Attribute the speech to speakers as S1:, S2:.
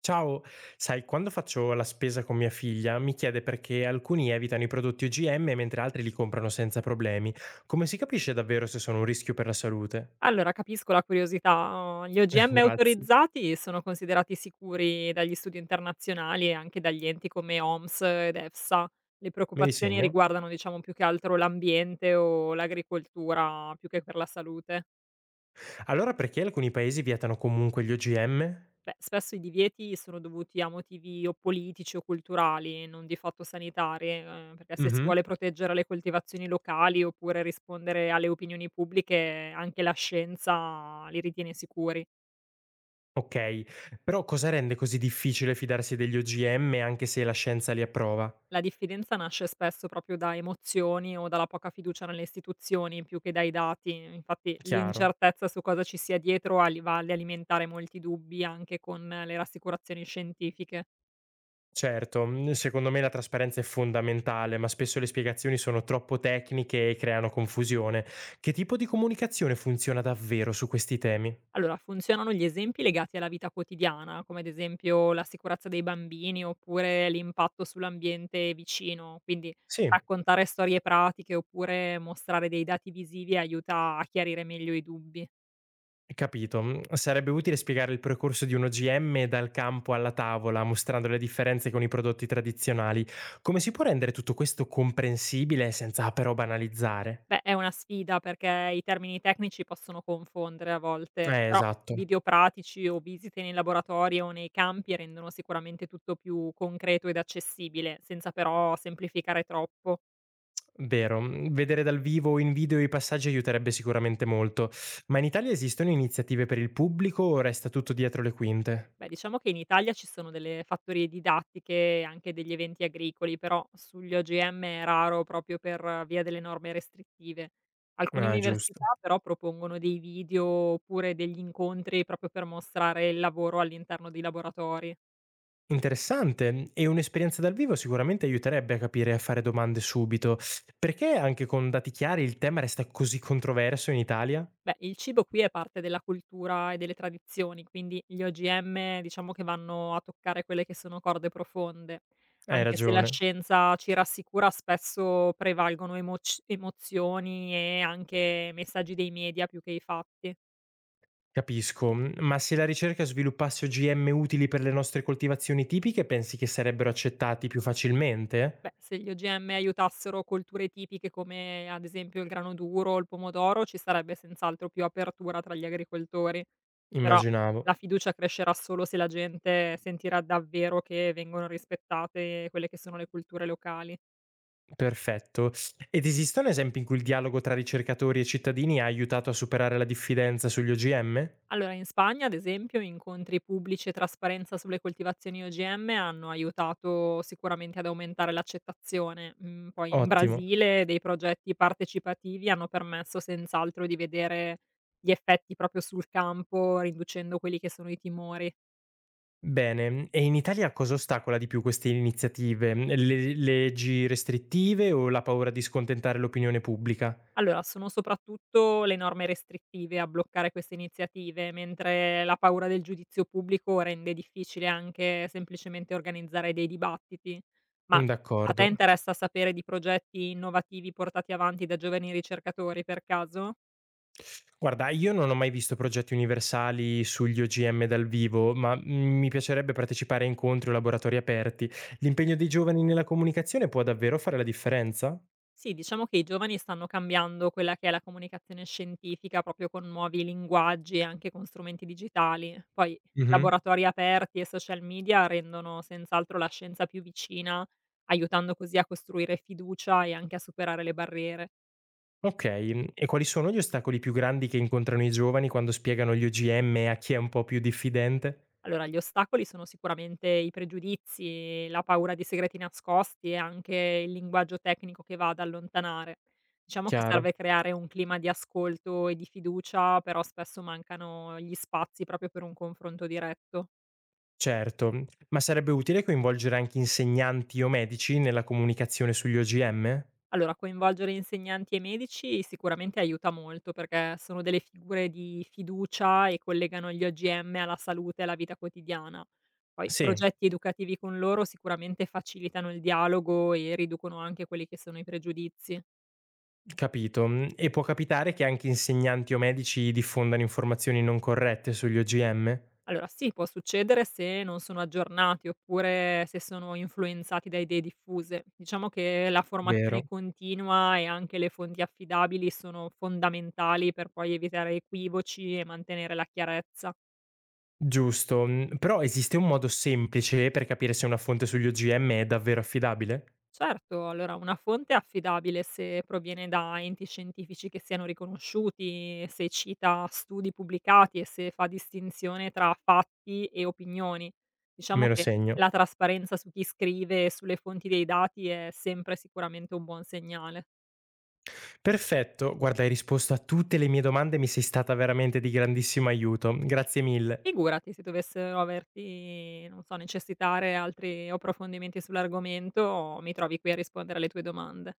S1: Ciao, sai, quando faccio la spesa con mia figlia mi chiede perché alcuni evitano i prodotti OGM mentre altri li comprano senza problemi. Come si capisce davvero se sono un rischio per la salute?
S2: Allora, capisco la curiosità. Gli OGM
S1: Grazie,
S2: autorizzati sono considerati sicuri dagli studi internazionali e anche dagli enti come OMS ed EFSA. Le
S1: me li
S2: preoccupazioni
S1: segno.
S2: riguardano, diciamo, più che altro l'ambiente o l'agricoltura, più che per la salute.
S1: Allora perché alcuni paesi vietano comunque gli OGM?
S2: Beh, spesso i divieti sono dovuti a motivi o politici o culturali, non di fatto sanitari, perché se si vuole
S1: Mhm.
S2: proteggere le coltivazioni locali oppure rispondere alle opinioni pubbliche, anche la scienza li ritiene sicuri.
S1: Ok, però cosa rende così difficile fidarsi degli OGM anche se la scienza li approva?
S2: La diffidenza nasce spesso proprio da emozioni o dalla poca fiducia nelle istituzioni più che dai dati. Infatti
S1: Chiaro.
S2: l'incertezza su cosa ci sia dietro va ad alimentare molti dubbi anche con le rassicurazioni scientifiche.
S1: Certo, secondo me la trasparenza è fondamentale, ma spesso le spiegazioni sono troppo tecniche e creano confusione. Che tipo di comunicazione funziona davvero su questi temi?
S2: Allora, funzionano gli esempi legati alla vita quotidiana, come ad esempio la sicurezza dei bambini oppure l'impatto sull'ambiente vicino. Quindi
S1: Sì,
S2: raccontare storie pratiche oppure mostrare dei dati visivi aiuta a chiarire meglio i dubbi.
S1: capito. Mhmm, Sarebbe utile spiegare il percorso di un OGM dal campo alla tavola, mostrando le differenze con i prodotti tradizionali. Come si può rendere tutto questo comprensibile senza però banalizzare?
S2: Beh, è una sfida perché i termini tecnici possono confondere a volte, però
S1: Esatto.
S2: video pratici o visite nei laboratori o nei campi rendono sicuramente tutto più concreto ed accessibile, senza però semplificare troppo.
S1: Vero, vedere dal vivo o in video i passaggi aiuterebbe sicuramente molto. Ma in Italia esistono iniziative per il pubblico o resta tutto dietro le quinte?
S2: Beh, diciamo che in Italia ci sono delle fattorie didattiche e anche degli eventi agricoli, però sugli OGM è raro proprio per via delle norme restrittive. Alcune
S1: Ah,
S2: università
S1: giusto.
S2: però propongono dei video oppure degli incontri proprio per mostrare il lavoro all'interno dei laboratori.
S1: Interessante. Mhmm, E un'esperienza dal vivo sicuramente aiuterebbe a capire e a fare domande subito. Perché anche con dati chiari il tema resta così controverso in Italia?
S2: Beh, il cibo qui è parte della cultura e delle tradizioni, quindi gli OGM diciamo che vanno a toccare quelle che sono corde profonde.
S1: Hai
S2: Anche se la
S1: ragione,
S2: scienza ci rassicura, spesso prevalgono emoc emozioni e anche messaggi dei media più che i fatti.
S1: capisco. Mhmm, ma se la ricerca sviluppasse OGM utili per le nostre coltivazioni tipiche, pensi che sarebbero accettati più
S2: Beh,
S1: facilmente?
S2: se gli OGM aiutassero colture tipiche come ad esempio il grano duro o il pomodoro, ci sarebbe senz'altro più apertura tra gli agricoltori, però la
S1: Immaginavo.
S2: fiducia crescerà solo se la gente sentirà davvero che vengono rispettate quelle che sono le culture locali.
S1: Perfetto. Ed esistono esempi in cui il dialogo tra ricercatori e cittadini ha aiutato a superare la diffidenza sugli OGM?
S2: Allora, in Spagna, ad esempio, incontri pubblici e trasparenza sulle coltivazioni OGM hanno aiutato sicuramente ad aumentare l'accettazione. Mm, poi in
S1: Ottimo.
S2: Brasile dei progetti partecipativi hanno permesso senz'altro di vedere gli effetti proprio sul campo, riducendo quelli che sono i timori.
S1: Bene, e in Italia cosa ostacola di più queste iniziative? Le leggi restrittive o la paura di scontentare l'opinione pubblica?
S2: Allora, sono soprattutto le norme restrittive a bloccare queste iniziative, mentre la paura del giudizio pubblico rende difficile anche semplicemente organizzare dei dibattiti. Ma
S1: Mm,
S2: a te
S1: d'accordo.
S2: interessa sapere di progetti innovativi portati avanti da giovani ricercatori per caso?
S1: Guarda, io non ho mai visto progetti universali sugli OGM dal vivo, ma mi piacerebbe partecipare a incontri o laboratori aperti. L'impegno dei giovani nella comunicazione può davvero fare la differenza?
S2: Sì, diciamo che i giovani stanno cambiando quella che è la comunicazione scientifica proprio con nuovi linguaggi e anche con strumenti digitali. Poi
S1: Mhm.
S2: laboratori aperti e social media rendono senz'altro la scienza più vicina, aiutando così a costruire fiducia e anche a superare le barriere.
S1: Okay, e quali sono gli ostacoli più grandi che incontrano i giovani quando spiegano gli OGM a chi è un po' più diffidente?
S2: Allora, gli ostacoli sono sicuramente i pregiudizi, la paura di segreti nascosti e anche il linguaggio tecnico che va ad allontanare. Diciamo che
S1: Chiaro,
S2: serve creare un clima di ascolto e di fiducia, però spesso mancano gli spazi proprio per un confronto diretto.
S1: certo. Mhmm, ma sarebbe utile coinvolgere anche insegnanti o medici nella comunicazione sugli OGM?
S2: Allora, coinvolgere insegnanti e medici sicuramente aiuta molto perché sono delle figure di fiducia e collegano gli OGM alla salute e alla vita quotidiana. Poi
S1: Sì,
S2: progetti educativi con loro sicuramente facilitano il dialogo e riducono anche quelli che sono i pregiudizi.
S1: capito. Mhmm, e può capitare che anche insegnanti o medici diffondano informazioni non corrette sugli OGM?
S2: Allora sì, può succedere se non sono aggiornati oppure se sono influenzati da idee diffuse. Diciamo che la formazione
S1: Vero.
S2: continua e anche le fonti affidabili sono fondamentali per poi evitare equivoci e mantenere la chiarezza.
S1: Giusto. Mhmm, Però esiste un modo semplice per capire se una fonte sugli OGM è davvero affidabile?
S2: Certo, allora una fonte è affidabile se proviene da enti scientifici che siano riconosciuti, se cita studi pubblicati e se fa distinzione tra fatti e opinioni. Diciamo
S1: Me lo
S2: che
S1: segno.
S2: la trasparenza su chi scrive e sulle fonti dei dati è sempre sicuramente un buon segnale.
S1: Perfetto, guarda, hai risposto a tutte le mie domande e mi sei stata veramente di grandissimo aiuto. Grazie mille.
S2: Figurati, se dovessero averti, non so, necessitare altri approfondimenti sull'argomento, mi trovi qui a rispondere alle tue domande.